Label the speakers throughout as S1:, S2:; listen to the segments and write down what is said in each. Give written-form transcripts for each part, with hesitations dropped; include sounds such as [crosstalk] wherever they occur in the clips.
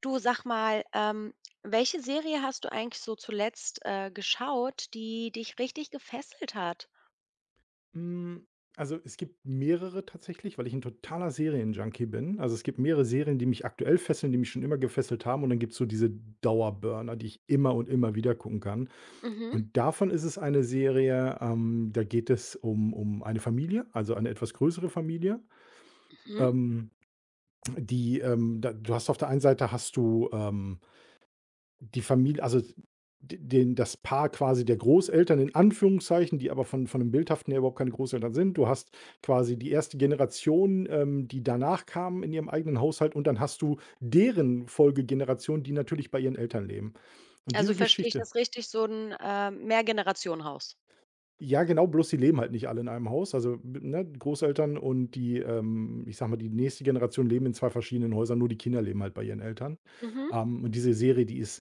S1: Du, sag mal, welche Serie hast du eigentlich so zuletzt, geschaut, die dich richtig gefesselt hat?
S2: Hm, also, es gibt mehrere tatsächlich, weil ich ein totaler Serienjunkie bin. Also, es gibt mehrere Serien, die mich aktuell fesseln, die mich schon immer gefesselt haben und dann gibt's so diese Dauerburner, die ich immer und immer wieder gucken kann.
S1: Mhm,
S2: Und davon ist es eine Serie, da geht es um eine Familie, also, eine etwas größere Familie,
S1: mhm.
S2: ähm, die, da du hast auf der einen Seite hast du, die Familie also den das Paar quasi der Großeltern in Anführungszeichen, die aber von dem Bildhaften her überhaupt keine Großeltern sind. Du hast quasi die erste Generation, die danach kamen in ihrem eigenen Haushalt und dann hast du deren Folgegeneration, die natürlich bei ihren Eltern leben. Und
S1: Also,
S2: diese
S1: verstehe ich
S2: Geschichte
S1: das richtig, so ein Mehrgenerationenhaus?
S2: ja genau, bloß sie leben halt nicht alle in einem Haus. Also, ne, die Großeltern und die, ich sage mal, die nächste Generation leben in 2 verschiedenen Häusern, nur die Kinder leben halt bei ihren Eltern.
S1: Mhm,
S2: Und diese Serie, die ist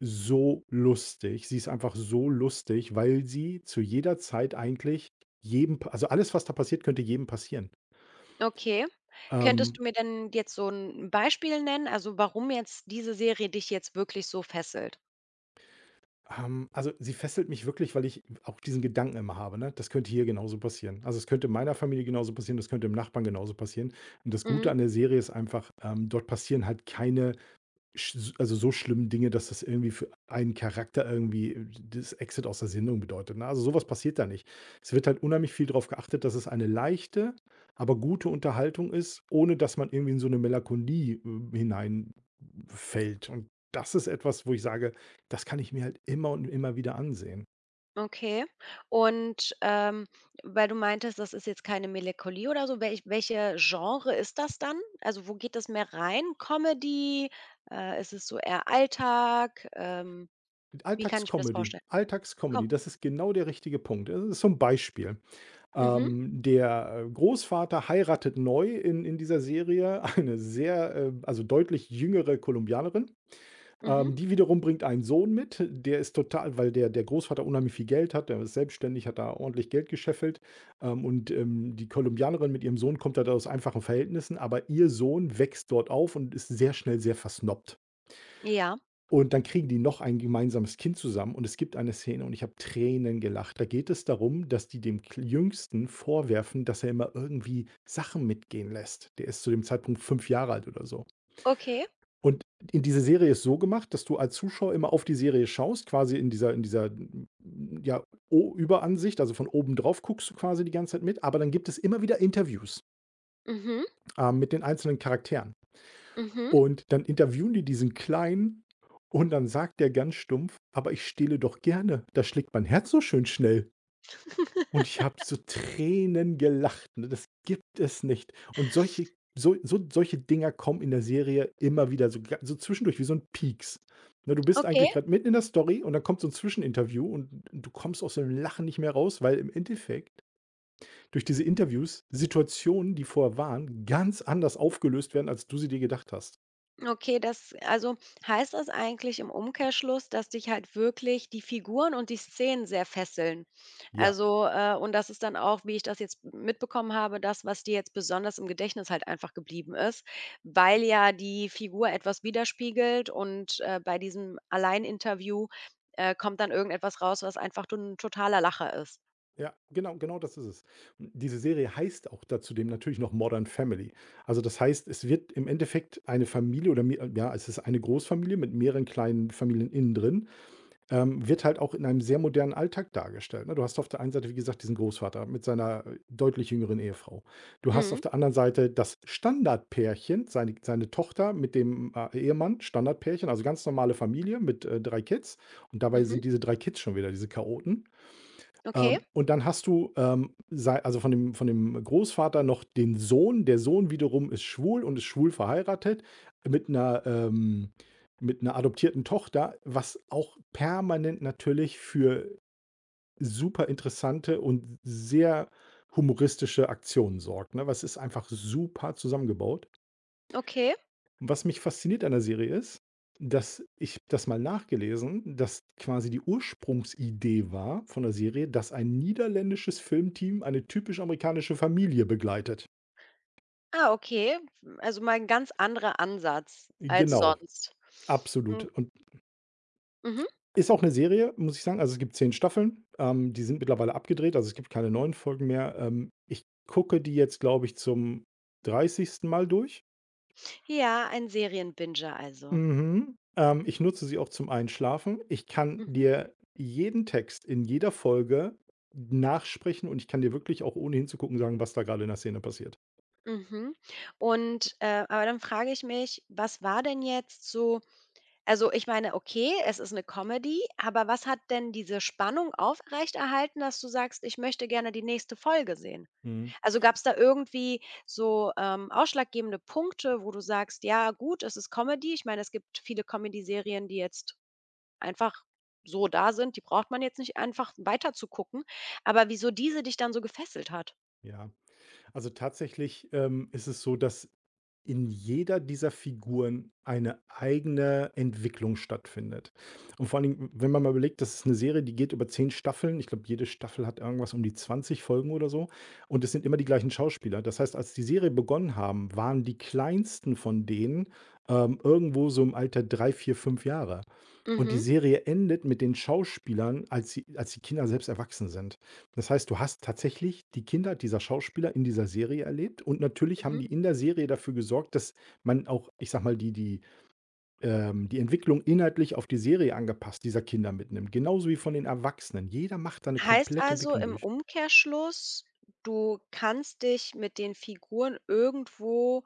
S2: so lustig. Sie ist einfach so lustig, weil sie zu jeder Zeit eigentlich jedem pa also, alles, was da passiert, könnte jedem passieren.
S1: okay. Könntest du
S2: Ähm,
S1: mir denn jetzt so ein Beispiel nennen, also, warum jetzt diese Serie dich jetzt wirklich so fesselt?
S2: also, sie fesselt mich wirklich, weil ich auch diesen Gedanken immer habe, ne? Das könnte hier genauso passieren. Also, es könnte meiner Familie genauso passieren, das könnte dem Nachbarn genauso passieren. Und das
S1: Mhm.
S2: Gute an der Serie ist einfach, dort passieren halt keine Sch also, so schlimm Dinge, dass das irgendwie für einen Charakter irgendwie das Exit aus der Sendung bedeutet, ne? Also, sowas passiert da nicht. Es wird halt unheimlich viel darauf geachtet, dass es eine leichte, aber gute Unterhaltung ist, ohne dass man irgendwie in so eine Melancholie, hineinfällt. Und das ist etwas, wo ich sage, das kann ich mir halt immer und immer wieder ansehen.
S1: Okay. Und, weil du meintest, das ist jetzt keine Melancholie oder so, welche Genre ist das dann? Also, wo geht das mehr rein? Comedy? Ist es so eher Alltag? Wie kann ich mir das vorstellen? Komm.
S2: Alltagscomedy, das ist genau der richtige Punkt. Das ist so 'n Beispiel.
S1: Mhm,
S2: Der Großvater heiratet neu in dieser Serie [laughs] eine sehr, also deutlich jüngere Kolumbianerin.
S1: mhm.
S2: Die wiederum bringt einen Sohn mit, der ist total weil der Großvater unheimlich viel Geld hat, der ist selbstständig, hat da ordentlich Geld gescheffelt. Die Kolumbianerin mit ihrem Sohn kommt halt aus einfachen Verhältnissen, aber ihr Sohn wächst dort auf und ist sehr schnell sehr versnobbt.
S1: Ja,
S2: Und dann kriegen die noch ein gemeinsames Kind zusammen und es gibt eine Szene und ich habe Tränen gelacht. Da geht es darum, dass die dem Kl Jüngsten vorwerfen, dass er immer irgendwie Sachen mitgehen lässt. Der ist zu dem Zeitpunkt 5 Jahre alt oder so.
S1: okay.
S2: Und in diese Serie ist so gemacht, dass du als Zuschauer immer auf die Serie schaust, quasi in dieser in dieser, ja, O Überansicht, also von oben drauf guckst du quasi die ganze Zeit mit, aber dann gibt es immer wieder Interviews,
S1: Mhm,
S2: mit den einzelnen Charakteren.
S1: mhm.
S2: Und dann interviewen die diesen Kleinen und dann sagt der ganz stumpf: „Aber ich stehle doch gerne, da schlägt mein Herz so schön schnell.“ Und ich habe so Tränen gelacht, ne? Das gibt es nicht. Und solche solche Dinger kommen in der Serie immer wieder so zwischendurch wie so 'n Pieks. Ne, du bist
S1: Okay.
S2: eigentlich grad mitten in der Story und dann kommt so 'n Zwischeninterview und du kommst aus dem Lachen nicht mehr raus, weil im Endeffekt durch diese Interviews Situationen, die vorher waren, ganz anders aufgelöst werden, als du sie dir gedacht hast.
S1: Okay, das also, heißt das eigentlich im Umkehrschluss, dass dich halt wirklich die Figuren und die Szenen sehr fesseln?
S2: Ja.
S1: Also, und das ist dann auch, wie ich das jetzt mitbekommen habe, das, was dir jetzt besonders im Gedächtnis halt einfach geblieben ist, weil ja die Figur etwas widerspiegelt und, bei diesem Alleininterview kommt dann irgendetwas raus, was einfach to ein totaler Lacher ist.
S2: Ja, genau, genau das ist es. Und diese Serie heißt auch dazu dem natürlich noch Modern Family. Also das heißt, es wird im Endeffekt eine Familie oder mehr, ja, es ist eine Großfamilie mit mehreren kleinen Familien innen drin, wird halt auch in einem sehr modernen Alltag dargestellt. Ne? Du hast auf der einen Seite, wie gesagt, diesen Großvater mit seiner deutlich jüngeren Ehefrau. Du hast auf
S1: Mhm,
S2: der anderen Seite das Standardpärchen, seine Tochter mit dem Ehemann, Standardpärchen, also ganz normale Familie mit 3 Kids. Und dabei
S1: mhm.
S2: sind diese 3 Kids schon wieder diese Chaoten.
S1: Okay,
S2: Und dann hast du, sei also von dem Großvater noch den Sohn. Der Sohn wiederum ist schwul und ist schwul verheiratet mit einer ähm, mit einer adoptierten Tochter, was auch permanent natürlich für super interessante und sehr humoristische Aktionen sorgt, ne? Weil ist einfach super zusammengebaut.
S1: okay.
S2: Und was mich fasziniert an der Serie ist, dass ich das mal nachgelesen, dass quasi die Ursprungsidee war von der Serie, dass ein niederländisches Filmteam eine typisch amerikanische Familie begleitet.
S1: Ah, okay. Also, mal ein ganz anderer Ansatz als
S2: Genau,
S1: sonst.
S2: absolut. Und
S1: Mhm.
S2: ist auch eine Serie, muss ich sagen. Also, es gibt 10 Staffeln, die sind mittlerweile abgedreht, also, es gibt keine neuen Folgen mehr. Ich gucke die jetzt, glaube ich, zum 30. Mal durch.
S1: Ja, ein Serienbinger also.
S2: Mhm. Ich nutze sie auch zum Einschlafen. Ich kann
S1: Mhm.
S2: dir jeden Text in jeder Folge nachsprechen und ich kann dir wirklich auch ohne hinzugucken sagen, was da gerade in der Szene passiert.
S1: Mhm. Und, aber dann frage ich mich, was war denn jetzt so also ich meine, okay, es ist eine Comedy, aber was hat denn diese Spannung aufrechterhalten, dass du sagst: „Ich möchte gerne die nächste Folge sehen?“
S2: Mhm.
S1: Also, gab es da irgendwie so, ausschlaggebende Punkte, wo du sagst: „Ja gut, es ist Comedy.“ Ich meine, es gibt viele Comedy-Serien, die jetzt einfach so da sind, die braucht man jetzt nicht einfach weiter zu gucken. Aber wieso diese dich dann so gefesselt hat?
S2: Ja. Also tatsächlich, ist es so, dass in jeder dieser Figuren eine eigene Entwicklung stattfindet. Und vor allen Dingen, wenn man mal überlegt, das ist eine Serie, die geht über 10 Staffeln. Ich glaube, jede Staffel hat irgendwas um die 20 Folgen oder so. Und es sind immer die gleichen Schauspieler. Das heißt, als die Serie begonnen haben, waren die kleinsten von denen, irgendwo so im Alter 3, 4, 5 Jahre. Und die
S1: Mhm,
S2: Serie endet mit den Schauspielern, als sie als die Kinder selbst erwachsen sind. Das heißt, du hast tatsächlich die Kinder dieser Schauspieler in dieser Serie erlebt und natürlich haben
S1: mhm.
S2: die in der Serie dafür gesorgt, dass man auch, ich sag mal, die die Entwicklung inhaltlich auf die Serie angepasst dieser Kinder mitnimmt, genauso wie von den Erwachsenen. Jeder macht da eine
S1: Heißt
S2: komplette
S1: also
S2: Entwicklung
S1: im
S2: durch.
S1: Umkehrschluss, du kannst dich mit den Figuren irgendwo,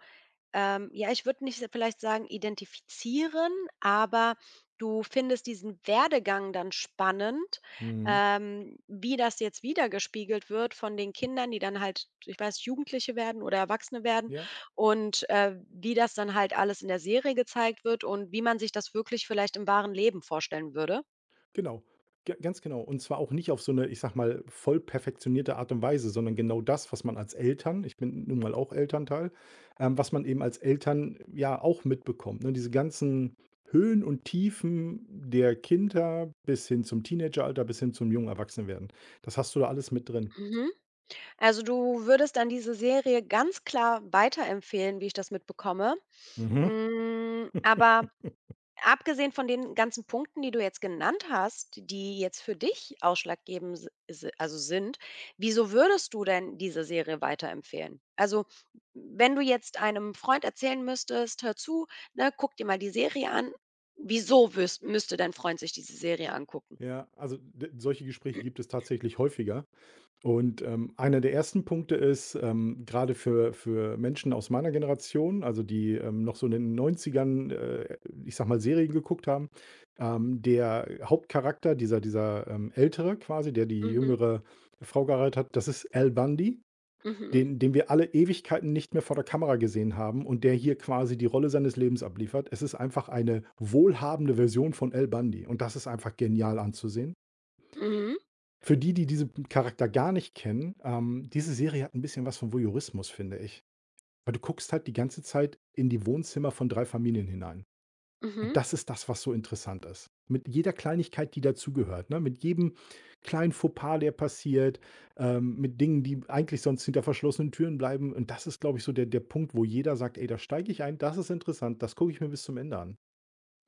S1: ja, ich würde nicht vielleicht sagen identifizieren, aber du findest diesen Werdegang dann spannend,
S2: Mhm.
S1: wie das jetzt wiedergespiegelt wird von den Kindern, die dann halt, ich weiß, Jugendliche werden oder Erwachsene werden
S2: Ja.
S1: und wie das dann halt alles in der Serie gezeigt wird und wie man sich das wirklich vielleicht im wahren Leben vorstellen würde?
S2: Genau, ga ganz genau. Und zwar auch nicht auf so eine, ich sage mal, voll perfektionierte Art und Weise, sondern genau das, was man als Eltern ich bin nun mal auch Elternteil, was man eben als Eltern ja auch mitbekommt, ne? Diese ganzen Höhen und Tiefen der Kinder bis hin zum Teenageralter, bis hin zum jungen Erwachsenwerden. Das hast du da alles mit drin.
S1: Mhm. Also, du würdest dann diese Serie ganz klar weiterempfehlen, wie ich das mitbekomme.
S2: Mhm.
S1: Hm, aber abgesehen von den ganzen Punkten, die du jetzt genannt hast, die jetzt für dich ausschlaggebend s si also sind, wieso würdest du denn diese Serie weiterempfehlen? Also, wenn du jetzt einem Freund erzählen müsstest: „Hör zu, ne, guck dir mal die Serie an.“ Wieso würs müsste dein Freund sich diese Serie angucken?
S2: Ja, also d solche Gespräche gibt es tatsächlich häufiger. Und, einer der ersten Punkte ist, grade für Menschen aus meiner Generation, also die, noch so in den 90ern, ich sage mal, Serien geguckt haben, der Hauptcharakter, dieser Ältere quasi, der die
S1: Mhm,
S2: jüngere Frau geheiratet hat, das ist Al Bundy,
S1: mhm,
S2: den wir alle Ewigkeiten nicht mehr vor der Kamera gesehen haben und der hier quasi die Rolle seines Lebens abliefert. Es ist einfach eine wohlhabende Version von Al Bundy und das ist einfach genial anzusehen.
S1: mhm,
S2: Für die, die diese Charakter gar nicht kennen, diese Serie hat ein bisschen was von Voyeurismus, finde ich. Weil du guckst halt die ganze Zeit in die Wohnzimmer von 3 Familien hinein.
S1: mhm.
S2: Und das ist das, was so interessant ist. Mit jeder Kleinigkeit, die dazugehört, ne? Mit jedem kleinen Fauxpas, der passiert, mit Dingen, die eigentlich sonst hinter verschlossenen Türen bleiben. Und das ist, glaube ich, so der Punkt, wo jeder sagt: „Ey, da steige ich ein. Das ist interessant. Das gucke ich mir bis zum Ende an.“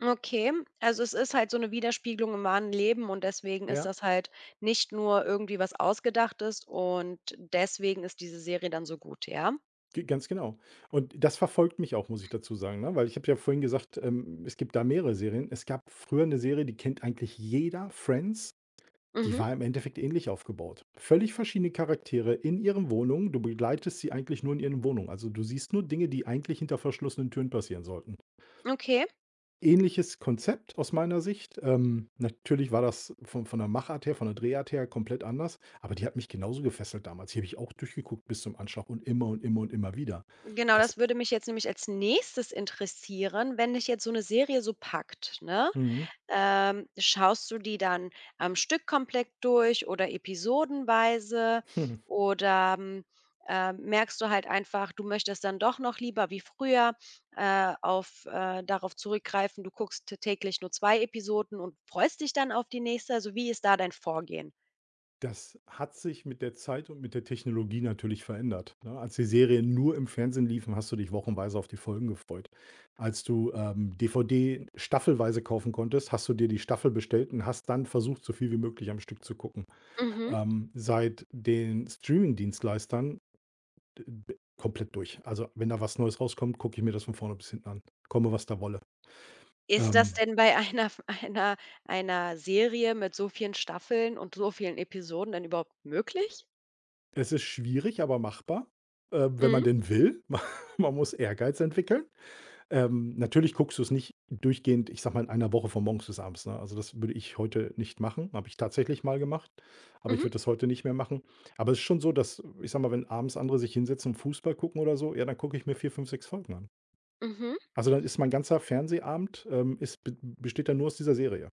S1: Okay, also es ist halt so eine Widerspiegelung im wahren Leben und deswegen ist
S2: Ja.
S1: das halt nicht nur irgendwie was Ausgedachtes und deswegen ist diese Serie dann so gut, ja?
S2: G ganz genau. Und das verfolgt mich auch, muss ich dazu sagen, ne? Weil ich habe ja vorhin gesagt, es gibt da mehrere Serien. Es gab früher eine Serie, die kennt eigentlich jeder, Friends. Die
S1: Mhm,
S2: war im Endeffekt ähnlich aufgebaut. Völlig verschiedene Charaktere in ihren Wohnungen. Du begleitest sie eigentlich nur in ihren Wohnungen. Also, du siehst nur Dinge, die eigentlich hinter verschlossenen Türen passieren sollten.
S1: okay.
S2: Ähnliches Konzept aus meiner Sicht. Natürlich war das von der Machart her, von der Drehart her komplett anders, aber die hat mich genauso gefesselt damals. Die habe ich auch durchgeguckt bis zum Anschlag und immer und immer und immer wieder.
S1: Genau,
S2: Das
S1: das würde mich jetzt nämlich als Nächstes interessieren, wenn dich jetzt so eine Serie so packt, ne?
S2: Mhm.
S1: Schaust du die dann am Stück komplett durch oder episodenweise
S2: Hm.
S1: oder, hm, merkst du halt einfach, du möchtest dann doch noch lieber wie früher, auf darauf zurückgreifen, du guckst täglich nur 2 Episoden und freust dich dann auf die nächste? Also, wie ist da dein Vorgehen?
S2: Das hat sich mit der Zeit und mit der Technologie natürlich verändert, ne? Als die Serien nur im Fernsehen liefen, hast du dich wochenweise auf die Folgen gefreut. Als du, DVD staffelweise kaufen konntest, hast du dir die Staffel bestellt und hast dann versucht, so viel wie möglich am Stück zu gucken.
S1: Mhm.
S2: Seit den Streamingdienstleistern d b komplett durch. Also, wenn da was Neues rauskommt, gucke ich mir das von vorne bis hinten an. Komme, was da wolle.
S1: Ist das
S2: Ähm,
S1: denn bei einer [laughs] einer einer Serie mit so vielen Staffeln und so vielen Episoden denn überhaupt möglich?
S2: es ist schwierig, aber machbar, wenn
S1: Mhm,
S2: man denn will. [laughs] Man muss Ehrgeiz entwickeln. Natürlich guckst du es nicht durchgehend, ich sag mal, in einer Woche von morgens bis abends, ne? Also, das würde ich heute nicht machen. Habe ich tatsächlich mal gemacht, aber ich
S1: mhm,
S2: würde das heute nicht mehr machen. Aber es ist schon so, dass, ich sag mal, wenn abends andere sich hinsetzen und Fußball gucken oder so, ja, dann gucke ich mir 4, 5, 6 Folgen an.
S1: mhm.
S2: Also, dann ist mein ganzer Fernsehabend, ist b besteht dann nur aus dieser Serie.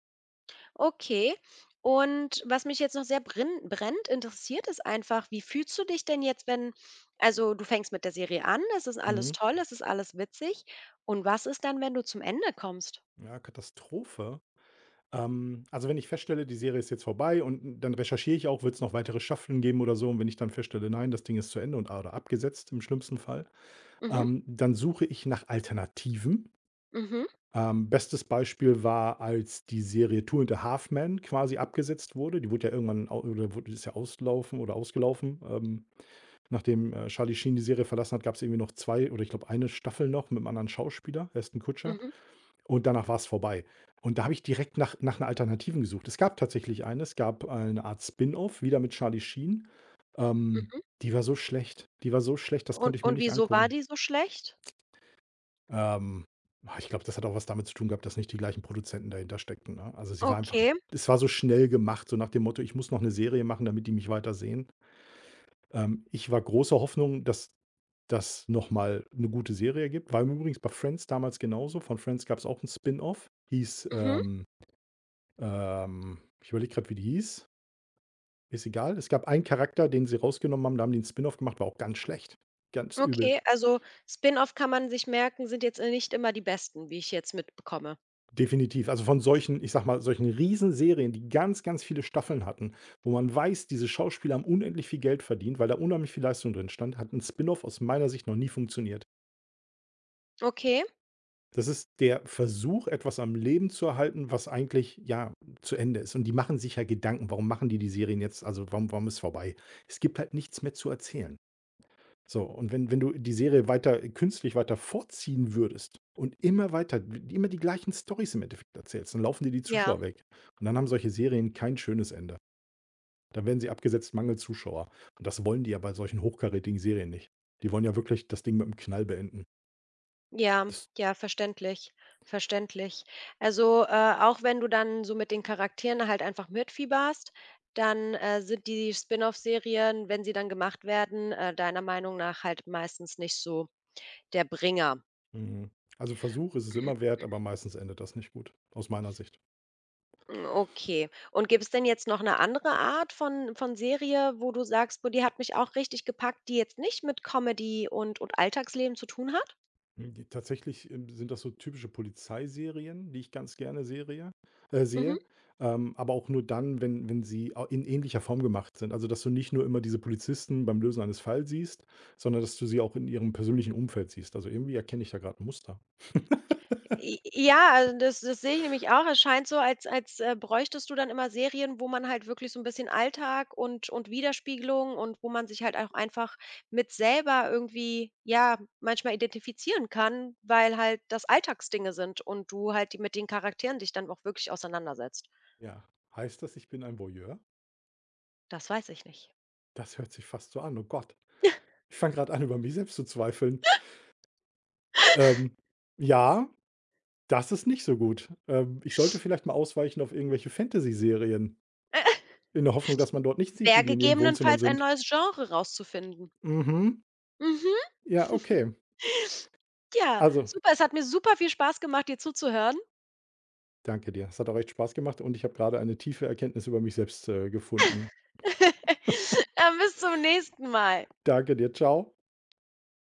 S1: Okay. Und was mich jetzt noch sehr brennend interessiert, ist einfach, wie fühlst du dich denn jetzt, wenn, also du fängst mit der Serie an, es ist alles
S2: Mhm.
S1: toll, es ist alles witzig. Und was ist dann, wenn du zum Ende kommst?
S2: Ja, Katastrophe? Also, wenn ich feststelle, die Serie ist jetzt vorbei und dann recherchiere ich auch, wird es noch weitere Staffeln geben oder so, und wenn ich dann feststelle: „Nein, das Ding ist zu Ende und oder abgesetzt im schlimmsten Fall“,
S1: Mhm,
S2: dann suche ich nach Alternativen.
S1: mhm,
S2: Bestes Beispiel war, als die Serie Two and a Half Men quasi abgesetzt wurde. Die wurde ja irgendwann au oder wurde ist ja auslaufen oder ausgelaufen. Nachdem, Charlie Sheen die Serie verlassen hat, gab es irgendwie noch 2 oder, ich glaube, eine Staffel noch mit 'nem anderen Schauspieler, Ashton Kutcher,
S1: mhm,
S2: und danach war es vorbei. Und da habe ich direkt nach einer Alternativen gesucht. Es gab tatsächlich eine. Es gab eine Art Spin-off, wieder mit Charlie Sheen. Ähm,
S1: mhm.
S2: die war so schlecht. Die war so schlecht, das konnte ich mir
S1: Und
S2: nicht
S1: wieso war
S2: angucken.
S1: die so schlecht?
S2: Ähm, ich glaube, das hat auch was damit zu tun gehabt, dass nicht die gleichen Produzenten dahinter steckten, ne? Also, sie war einfach,
S1: Okay,
S2: es war so schnell gemacht, so nach dem Motto: „Ich muss noch eine Serie machen, damit die mich weiter sehen.“ Ich war großer Hoffnung, dass das noch mal 'ne gute Serie gibt. War übrigens bei Friends damals genauso. Von Friends gab es auch 'n Spin-off, hieß,
S1: mhm,
S2: ich überlege gerade, wie die hieß, ist egal. Es gab einen Charakter, den sie rausgenommen haben, da haben die 'n Spin-off gemacht, war auch ganz schlecht, ganz übel.
S1: okay. Also Spin-off kann man sich merken, sind jetzt nicht immer die besten, wie ich jetzt mitbekomme.
S2: Definitiv. Also, von solchen, ich sag mal, solchen Riesenserien, die ganz, ganz viele Staffeln hatten, wo man weiß, diese Schauspieler haben unendlich viel Geld verdient, weil da unheimlich viel Leistung drin stand, hat ein Spin-off aus meiner Sicht noch nie funktioniert.
S1: Okay,
S2: Das ist der Versuch, etwas am Leben zu erhalten, was eigentlich, ja, zu Ende ist. Und die machen sich ja Gedanken: „Warum machen die die Serien jetzt? Also, warum ist vorbei?“ Es gibt halt nichts mehr zu erzählen. So, und wenn du die Serie weiter künstlich weiter vorziehen würdest und immer weiter immer die gleichen Storys im Endeffekt erzählst, dann laufen dir die
S1: ja.
S2: Zuschauer weg. Und dann haben solche Serien kein schönes Ende. Dann werden sie abgesetzt, Mangel Zuschauer. Und das wollen die ja bei solchen hochkarätigen Serien nicht. Die wollen ja wirklich das Ding mit 'm Knall beenden.
S1: Ja,
S2: Das
S1: ja, verständlich, verständlich. Also, auch wenn du dann so mit den Charakteren halt einfach mitfieberst, dann, sind die Spin-off-Serien, wenn sie dann gemacht werden, deiner Meinung nach halt meistens nicht so der Bringer.
S2: mhm. Also, Versuch ist es immer wert, aber meistens endet das nicht gut, aus meiner Sicht.
S1: Okay. Und gibt es denn jetzt noch eine andere Art von Serie, wo du sagst: „Boah, die hat mich auch richtig gepackt“, die jetzt nicht mit Comedy und Alltagsleben zu tun hat?
S2: Hm, tatsächlich, sind das so typische Polizeiserien, die ich ganz gerne Serie
S1: Mhm.
S2: sehe, aber auch nur dann, wenn sie au in ähnlicher Form gemacht sind. Also, dass du nicht nur immer diese Polizisten beim Lösen eines Falls siehst, sondern dass du sie auch in ihrem persönlichen Umfeld siehst. Also, irgendwie erkenne ich da gerade ein Muster.
S1: J ja, also das sehe ich nämlich auch. Es scheint so, als bräuchtest du dann immer Serien, wo man halt wirklich so ein bisschen Alltag und Widerspiegelung und wo man sich halt auch einfach mit selber irgendwie, ja, manchmal identifizieren kann, weil halt das Alltagsdinge sind und du halt die mit den Charakteren dich dann auch wirklich auseinandersetzt.
S2: Ja. Heißt das, ich bin ein Voyeur?
S1: Das weiß ich nicht.
S2: Das hört sich fast so an. Oh Gott, ich fange gerade an, über mich selbst zu zweifeln. Ähm, ja, das ist nicht so gut. Ich sollte vielleicht mal ausweichen auf irgendwelche Fantasy-Serien. In der Hoffnung, dass man dort nicht sieht,
S1: Wäre
S2: wie die in ihren Wohnzimmern
S1: gegebenenfalls ein
S2: sind.
S1: neues Genre rauszufinden.
S2: Mhm.
S1: Mhm.
S2: Ja,
S1: [laughs]
S2: okay.
S1: Ja,
S2: Also,
S1: super. Es hat mir super viel Spaß gemacht, dir zuzuhören.
S2: danke dir. Es hat auch echt Spaß gemacht und ich habe gerade eine tiefe Erkenntnis über mich selbst, gefunden.
S1: [laughs] Dann bis zum nächsten Mal.
S2: Danke dir. Ciao.